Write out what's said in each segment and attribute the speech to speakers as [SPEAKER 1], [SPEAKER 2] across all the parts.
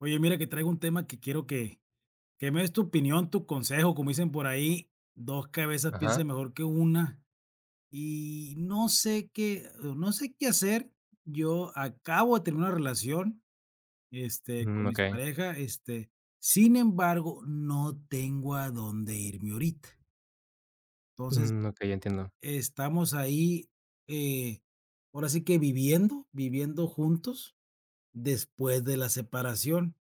[SPEAKER 1] Oye, mira que traigo un tema que quiero que me des tu opinión, tu consejo, como dicen por ahí, dos cabezas piensan
[SPEAKER 2] Ajá.
[SPEAKER 1] mejor que una y no sé qué hacer. Yo acabo de tener una relación, con
[SPEAKER 2] Mm,
[SPEAKER 1] mis
[SPEAKER 2] okey.
[SPEAKER 1] parejas, sin embargo, no tengo a dónde irme ahorita. Entonces,
[SPEAKER 2] Mm, okey, entiendo.
[SPEAKER 1] estamos ahí, eh, ahora sí que viviendo juntos después de la separación.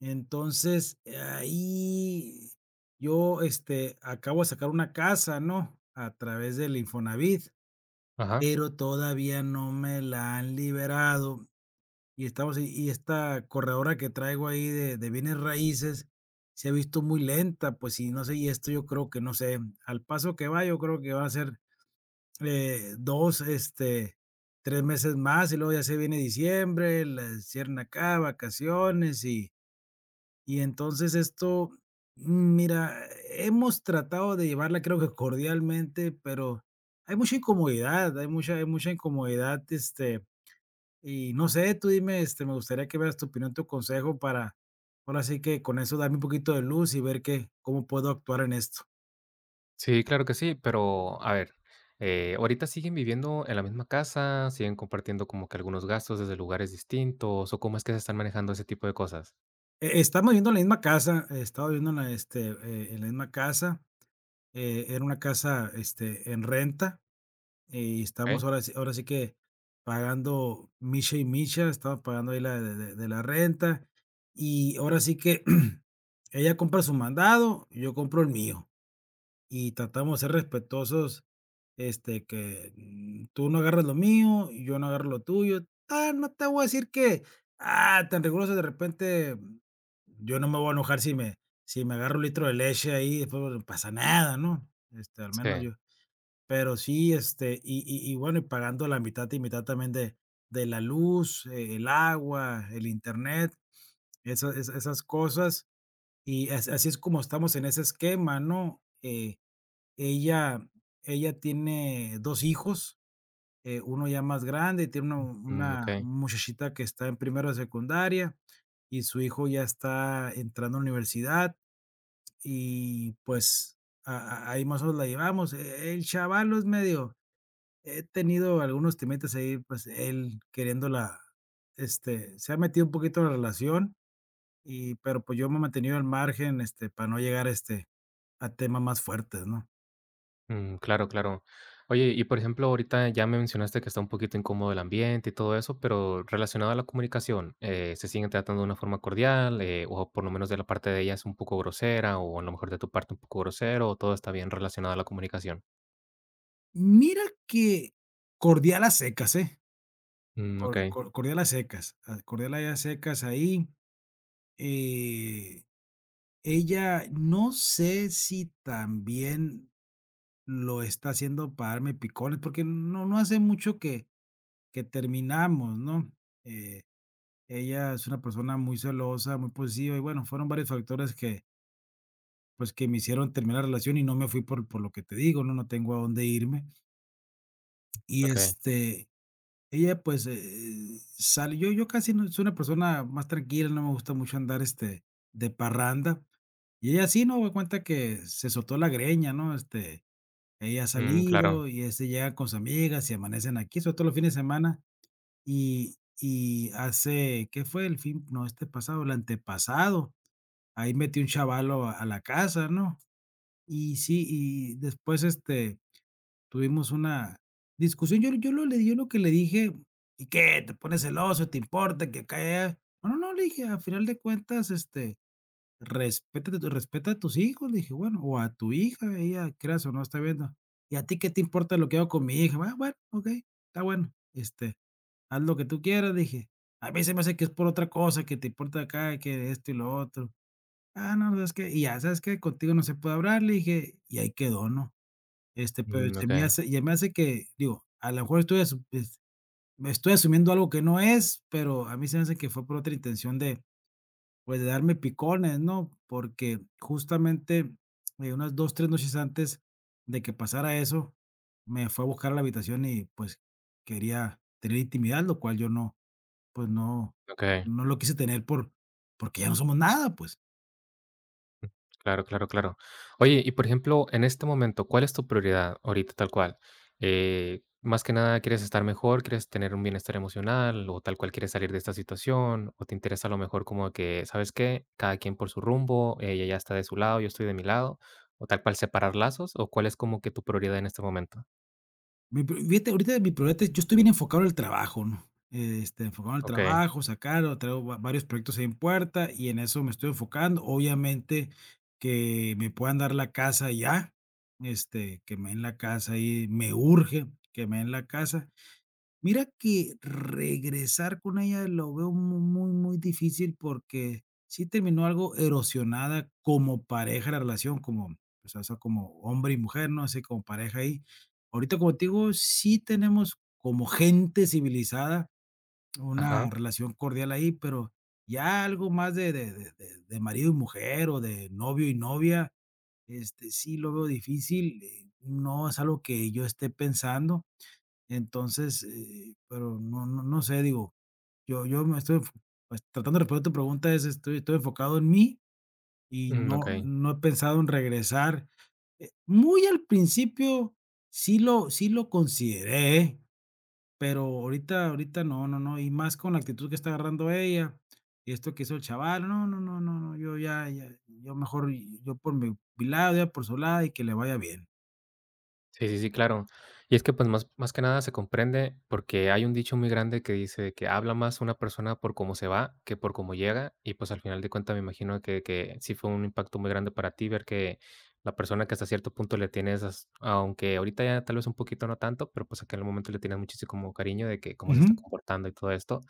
[SPEAKER 1] Entonces, ahí yo, acabo de sacar una casa, ¿no? A través del Infonavit,
[SPEAKER 2] Ajá.
[SPEAKER 1] pero todavía no me la han liberado. Y estamos y esta corredora que traigo ahí de bienes raíces se ha visto muy lenta, pues, y no sé, y esto yo creo que no sé, al paso que va, yo creo que va a ser dos, 3 meses más, y luego ya se viene diciembre, la cierran acá, vacaciones, y entonces esto, mira, hemos tratado de llevarla creo que cordialmente, pero hay mucha incomodidad, hay mucha incomodidad, y no sé, tú dime, me gustaría que veas tu opinión, tu consejo para, ahora sí que con eso darme un poquito de luz y ver qué, cómo puedo actuar en esto.
[SPEAKER 2] Sí, claro que sí, pero a ver, ¿ahorita siguen viviendo en la misma casa? ¿Siguen compartiendo como que algunos gastos desde lugares distintos? ¿O cómo es que se están manejando ese tipo de cosas?
[SPEAKER 1] Estamos viviendo en la misma casa, he estado viviendo en la misma casa, era una casa, en renta. Y estamos
[SPEAKER 2] Okey.
[SPEAKER 1] ahora sí que pagando micha y micha, estamos pagando ahí la de la renta, y ahora sí que ella compra su mandado, yo compro el mío, y tratamos de ser respetuosos, tú no agarras lo mío, yo no agarro lo tuyo. Ah, no te voy a decir que, tan riguroso, de repente, yo no me voy a enojar si me, si me agarro un litro de leche ahí, después no pasa nada, ¿no? Este, al
[SPEAKER 2] Sí.
[SPEAKER 1] menos yo, pero sí, y bueno, y pagando la mitad y mitad también de la luz, el agua, el Internet, esas cosas, y as así es como estamos en ese esquema, ¿no? Ella ella tiene 2 hijos, uno ya más grande, tiene una
[SPEAKER 2] Mm,
[SPEAKER 1] una
[SPEAKER 2] okey.
[SPEAKER 1] muchachita que está en primero de secundaria, y su hijo ya está entrando a la universidad, y pues, a ahí más o menos la llevamos. El chaval es medio. He tenido algunos temitas ahí, pues, él queriéndola, se ha metido un poquito en la relación, pero, pues, yo me he mantenido al margen, para no llegar, a temas más fuertes, ¿no?
[SPEAKER 2] Mm, claro, claro. Oye, y por ejemplo, ahorita ya me mencionaste que está un poquito incómodo el ambiente y todo eso, pero relacionado a la comunicación, ¿se siguen tratando de una forma cordial, o por lo menos de la parte de ella es un poco grosera, o a lo mejor de tu parte un poco grosero, o todo está bien relacionado a la comunicación?
[SPEAKER 1] Mira que cordial a secas, ¿eh?
[SPEAKER 2] Mm, ok,
[SPEAKER 1] Cordial a secas, cordial a secas ahí, eh, ella no sé si también lo está haciendo para darme picones, porque no hace mucho que terminamos, ¿no? Eh Ella es una persona muy celosa, muy posesiva y bueno, fueron varios factores que, pues, que me hicieron terminar la relación y no me fui por lo que te digo, ¿no? No tengo a dónde irme. Y,
[SPEAKER 2] ok.
[SPEAKER 1] ella, pues, sale, yo casi no soy una persona más tranquila, no me gusta mucho andar, de parranda. Y ella sí, ¿no? Me cuenta que se soltó la greña, ¿no? Ella ha
[SPEAKER 2] Mm, claro.
[SPEAKER 1] salido y, llega con sus amigas y amanecen aquí, sobre todo los fines de semana. Y hace, ¿qué fue? El fin no, este pasado, el antepasado, ahí metí un chavalo a la casa, ¿no? Y sí, y después, tuvimos una discusión. Yo lo que le dije: "¿Y qué? ¿Te pones celoso? ¿Te importa que acá?". Y no, no, no, le dije: "A final de cuentas, respétate tu respeta a tus hijos", le dije, bueno, o a tu hija, ella creas o no está viendo. "¿Y a ti qué te importa lo que hago con mi hija?". "Ah, bueno, ok, está bueno, haz lo que tú quieras", dije. "A mí se me hace que es por otra cosa, que te importa acá, que esto y lo otro". No, no, es que y ya, ¿sabes qué? Contigo no se puede hablar, le dije, y ahí quedó, ¿no? Pero
[SPEAKER 2] Mm,
[SPEAKER 1] se
[SPEAKER 2] ok,
[SPEAKER 1] me hace, ya me hace que, digo, a lo mejor estoy asu es me estoy asumiendo algo que no es, pero a mí se me hace que fue por otra intención de, pues, de darme picones, ¿no? Porque justamente, unas 2, 3 noches antes de que pasara eso, me fue a buscar a la habitación y, pues, quería tener intimidad, lo cual yo no, pues, no
[SPEAKER 2] ok.
[SPEAKER 1] no lo quise tener porque ya no somos nada, pues.
[SPEAKER 2] Claro, claro, claro. Oye, y por ejemplo, en este momento, ¿cuál es tu prioridad ahorita tal cual? Más que nada, ¿quieres estar mejor? ¿Quieres tener un bienestar emocional? ¿O tal cual quieres salir de esta situación? ¿O te interesa a lo mejor como que, ¿sabes qué? Cada quien por su rumbo, ella ya está de su lado, yo estoy de mi lado. ¿O tal cual separar lazos? ¿O cuál es como que tu prioridad en este momento?
[SPEAKER 1] Mi pri Fíjate, ahorita mi prioridad es, yo estoy bien enfocado en el trabajo, ¿no? Enfocado en el
[SPEAKER 2] Ok,
[SPEAKER 1] trabajo, sacar, o traigo va varios proyectos ahí en puerta y en eso me estoy enfocando. Obviamente, que me puedan dar la casa ya, que me den la casa ahí, me urge que me den la casa. Mira que regresar con ella lo veo mu muy, muy difícil porque sí terminó algo erosionada como pareja la relación, como, pues, o sea, como hombre y mujer, ¿no? Así como pareja ahí. Ahorita, como te digo, sí tenemos como gente civilizada una
[SPEAKER 2] ajá,
[SPEAKER 1] relación cordial ahí, pero ya algo más de marido y mujer o de novio y novia, sí lo veo difícil, no es algo que yo esté pensando. Entonces, pero no sé, digo, yo me estoy enfo pues, tratando de responder tu pregunta es, estoy enfocado en mí y
[SPEAKER 2] mm, ok.
[SPEAKER 1] no he pensado en regresar. Muy al principio sí lo consideré, ¿eh? Pero ahorita no, no, no, y más con la actitud que está agarrando ella y esto que hizo el chaval, no, no, no, no, no, yo ya yo mejor, yo por mi lado, ella por su lado y que le vaya bien.
[SPEAKER 2] Sí, sí, sí, claro. Y es que, pues, más que nada se comprende porque hay un dicho muy grande que dice que habla más una persona por cómo se va que por cómo llega. Y, pues, al final de cuentas, me imagino que sí fue un impacto muy grande para ti ver que la persona que hasta cierto punto le tienes, as aunque ahorita ya tal vez un poquito no tanto, pero, pues, aquel momento le tienes muchísimo cariño de que cómo se
[SPEAKER 1] Ujú,
[SPEAKER 2] está comportando y todo esto.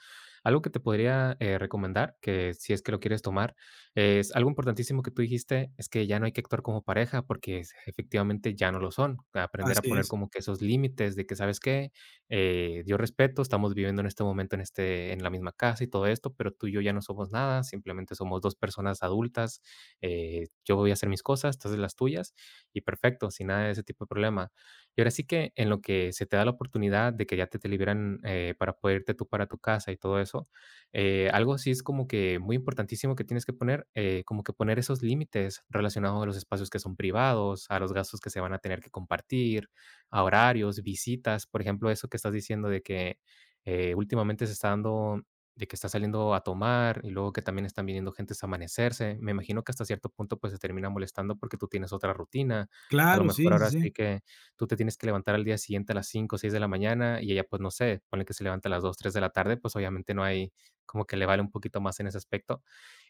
[SPEAKER 2] Algo que te podría, recomendar, que si es que lo quieres tomar, es algo importantísimo que tú dijiste es que ya no hay que actuar como pareja porque es efectivamente ya no lo son. Aprender a
[SPEAKER 1] así
[SPEAKER 2] poner
[SPEAKER 1] es.
[SPEAKER 2] como que esos límites de que, ¿sabes qué? Yo respeto, estamos viviendo en este momento en, en la misma casa y todo esto, pero tú y yo ya no somos nada, simplemente somos dos personas adultas. Yo voy a hacer mis cosas, tú haces las tuyas y perfecto, sin nada de ese tipo de problema. Y ahora sí que en lo que se te da la oportunidad de que ya te liberan para poder irte tú para tu casa y todo eso algo sí es como que muy importantísimo que tienes que poner, como que poner esos límites relacionados a los espacios que son privados, a los gastos que se van a tener que compartir, a horarios, visitas, por ejemplo, eso que estás diciendo de que últimamente se está dando, de que está saliendo a tomar y luego que también están viniendo gentes a amanecerse. Me imagino que hasta cierto punto pues se termina molestando porque tú tienes otra rutina. A lo
[SPEAKER 1] Claro, sí,
[SPEAKER 2] mejor
[SPEAKER 1] sí,
[SPEAKER 2] ahora
[SPEAKER 1] sí.
[SPEAKER 2] sí que tú te tienes que levantar al día siguiente a las 5 o seis de la mañana y ella pues no sé, pone que se levanta a las 2 3 de la tarde, pues obviamente no hay como que le vale un poquito más en ese aspecto.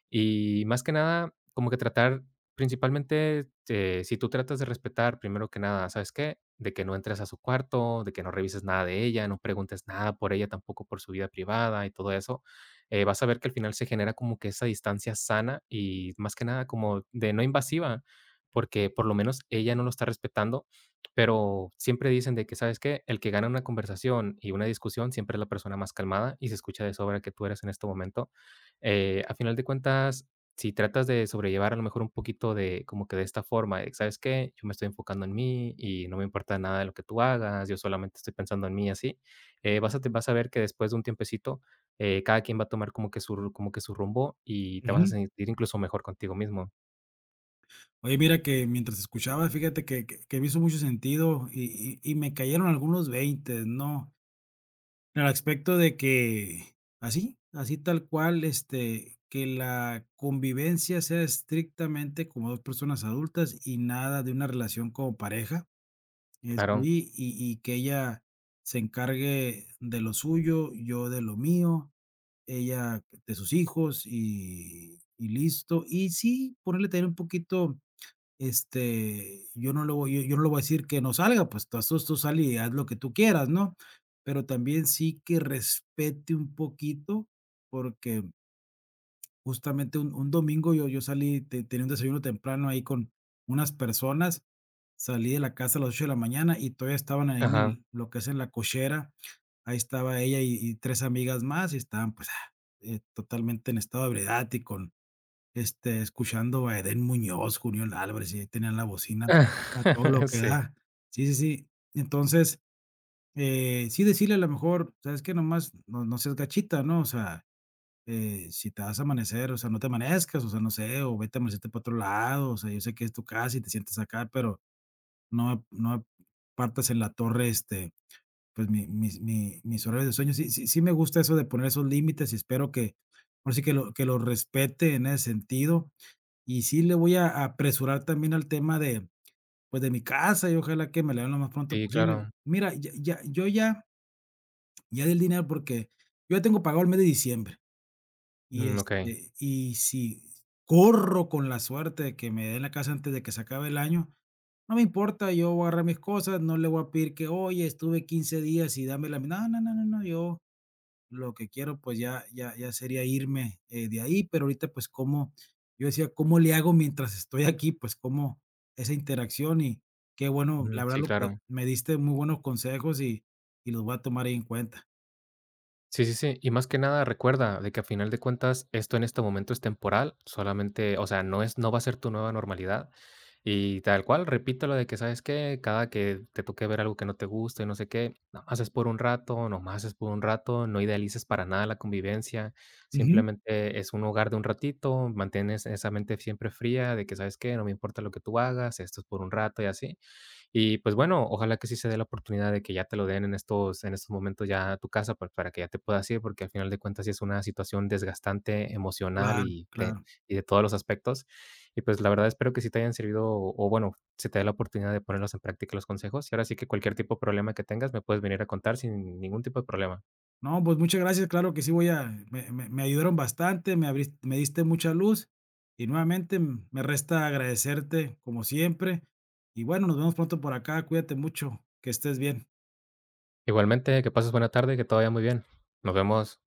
[SPEAKER 2] Y más que nada, como que tratar principalmente, si tú tratas de respetar, primero que nada, ¿sabes qué? De que no entres a su cuarto, de que no revises nada de ella, no preguntes nada por ella, tampoco por su vida privada y todo eso, vas a ver que al final se genera como que esa distancia sana y más que nada como de no invasiva, porque por lo menos ella no lo está respetando, pero siempre dicen de que, ¿sabes qué? El que gana una conversación y una discusión siempre es la persona más calmada y se escucha de sobra que tú eres en este momento. A final de cuentas, si tratas de sobrellevar a lo mejor un poquito de como que de esta forma, de, ¿sabes qué? Yo me estoy enfocando en mí y no me importa nada de lo que tú hagas, yo solamente estoy pensando en mí así, te vas a ver que después de un tiempecito, cada quien va a tomar como que como que su rumbo y te vas a
[SPEAKER 1] Ujú.
[SPEAKER 2] sentir incluso mejor contigo mismo.
[SPEAKER 1] Oye, mira que mientras escuchaba, fíjate que me hizo mucho sentido y me cayeron algunos 20, ¿no? En el aspecto de que así, así tal cual, que la convivencia sea estrictamente como 2 personas adultas y nada de una relación como pareja. Eso
[SPEAKER 2] Claro.
[SPEAKER 1] y que ella se encargue de lo suyo, yo de lo mío, ella de sus hijos y listo. Y sí, ponerle también un poquito, yo yo no le voy a decir que no salga, pues, tú tú sal y haz lo que tú quieras, ¿no? Pero también sí que respete un poquito, porque justamente un domingo yo salí, te tenía un desayuno temprano ahí con unas personas, salí de la casa a las 8 de la mañana y todavía estaban ahí en
[SPEAKER 2] Ajá.
[SPEAKER 1] el lo que es en la cochera, ahí estaba ella y 3 amigas más y estaban, pues, totalmente en estado de ebriedad y con, escuchando a Edén Muñoz, Julián Álvarez, y ahí tenían la bocina a todo lo que
[SPEAKER 2] Sí,
[SPEAKER 1] da. Sí, sí, sí. Entonces, sí decirle a lo mejor, ¿sabes qué? Nomás no seas gachita, ¿no? O sea, si te vas a amanecer, o sea, no te amanezcas, o sea, no sé, o vete a amanecerte para otro lado, o sea, yo sé que es tu casa y te sientes acá, pero no partas en la torre, pues, mi mis horarios de sueño. Sí, sí, sí, me gusta eso de poner esos límites y espero que, ahora sí que lo respete en ese sentido. Y sí le voy a apresurar también al tema de, pues, de mi casa, y ojalá que me la den lo más pronto
[SPEAKER 2] sí,
[SPEAKER 1] posible.
[SPEAKER 2] claro.
[SPEAKER 1] Mira, ya ya di el dinero porque yo ya tengo pagado el mes de diciembre, y,
[SPEAKER 2] Mm, ok.
[SPEAKER 1] este, y si corro con la suerte de que me den la casa antes de que se acabe el año, no me importa, yo voy a agarrar mis cosas, no le voy a pedir que: "Oye, estuve 15 días y dame la". No, no, no, no, no, yo lo que quiero, pues ya sería irme, de ahí, pero ahorita, pues, cómo yo decía: "¿Cómo le hago mientras estoy aquí?". Pues, cómo esa interacción. Y qué bueno,
[SPEAKER 2] Ujú,
[SPEAKER 1] la verdad
[SPEAKER 2] sí,
[SPEAKER 1] lo que
[SPEAKER 2] claro.
[SPEAKER 1] me diste muy buenos consejos y los voy a tomar ahí en cuenta.
[SPEAKER 2] Sí, sí, sí. Y más que nada recuerda de que a final de cuentas esto en este momento es temporal, solamente, o sea, no es, no va a ser tu nueva normalidad. Y tal cual, repito lo de que, ¿sabes qué? Cada que te toque ver algo que no te gusta y no sé qué, nomás es por un rato, nomás es por un rato, no idealices para nada la convivencia,
[SPEAKER 1] Ujú.
[SPEAKER 2] simplemente es un hogar de un ratito, mantienes esa mente siempre fría de que, ¿sabes qué? No me importa lo que tú hagas, esto es por un rato y así. Y pues bueno, ojalá que sí se dé la oportunidad de que ya te lo den en estos momentos ya a tu casa, pues, para que ya te puedas ir, porque al final de cuentas sí es una situación desgastante emocional
[SPEAKER 1] Claro,
[SPEAKER 2] y te
[SPEAKER 1] claro.
[SPEAKER 2] y de todos los aspectos. Y pues la verdad espero que sí te hayan servido o bueno, se te dé la oportunidad de ponerlos en práctica los consejos. Y ahora sí que cualquier tipo de problema que tengas me puedes venir a contar sin ningún tipo de problema.
[SPEAKER 1] No, pues, muchas gracias, claro que sí voy a me me me ayudaron bastante, me diste mucha luz y nuevamente, me resta agradecerte como siempre. Y bueno, nos vemos pronto por acá, cuídate mucho, que estés bien.
[SPEAKER 2] Igualmente, que pases buena tarde y que todo vaya muy bien. Nos vemos.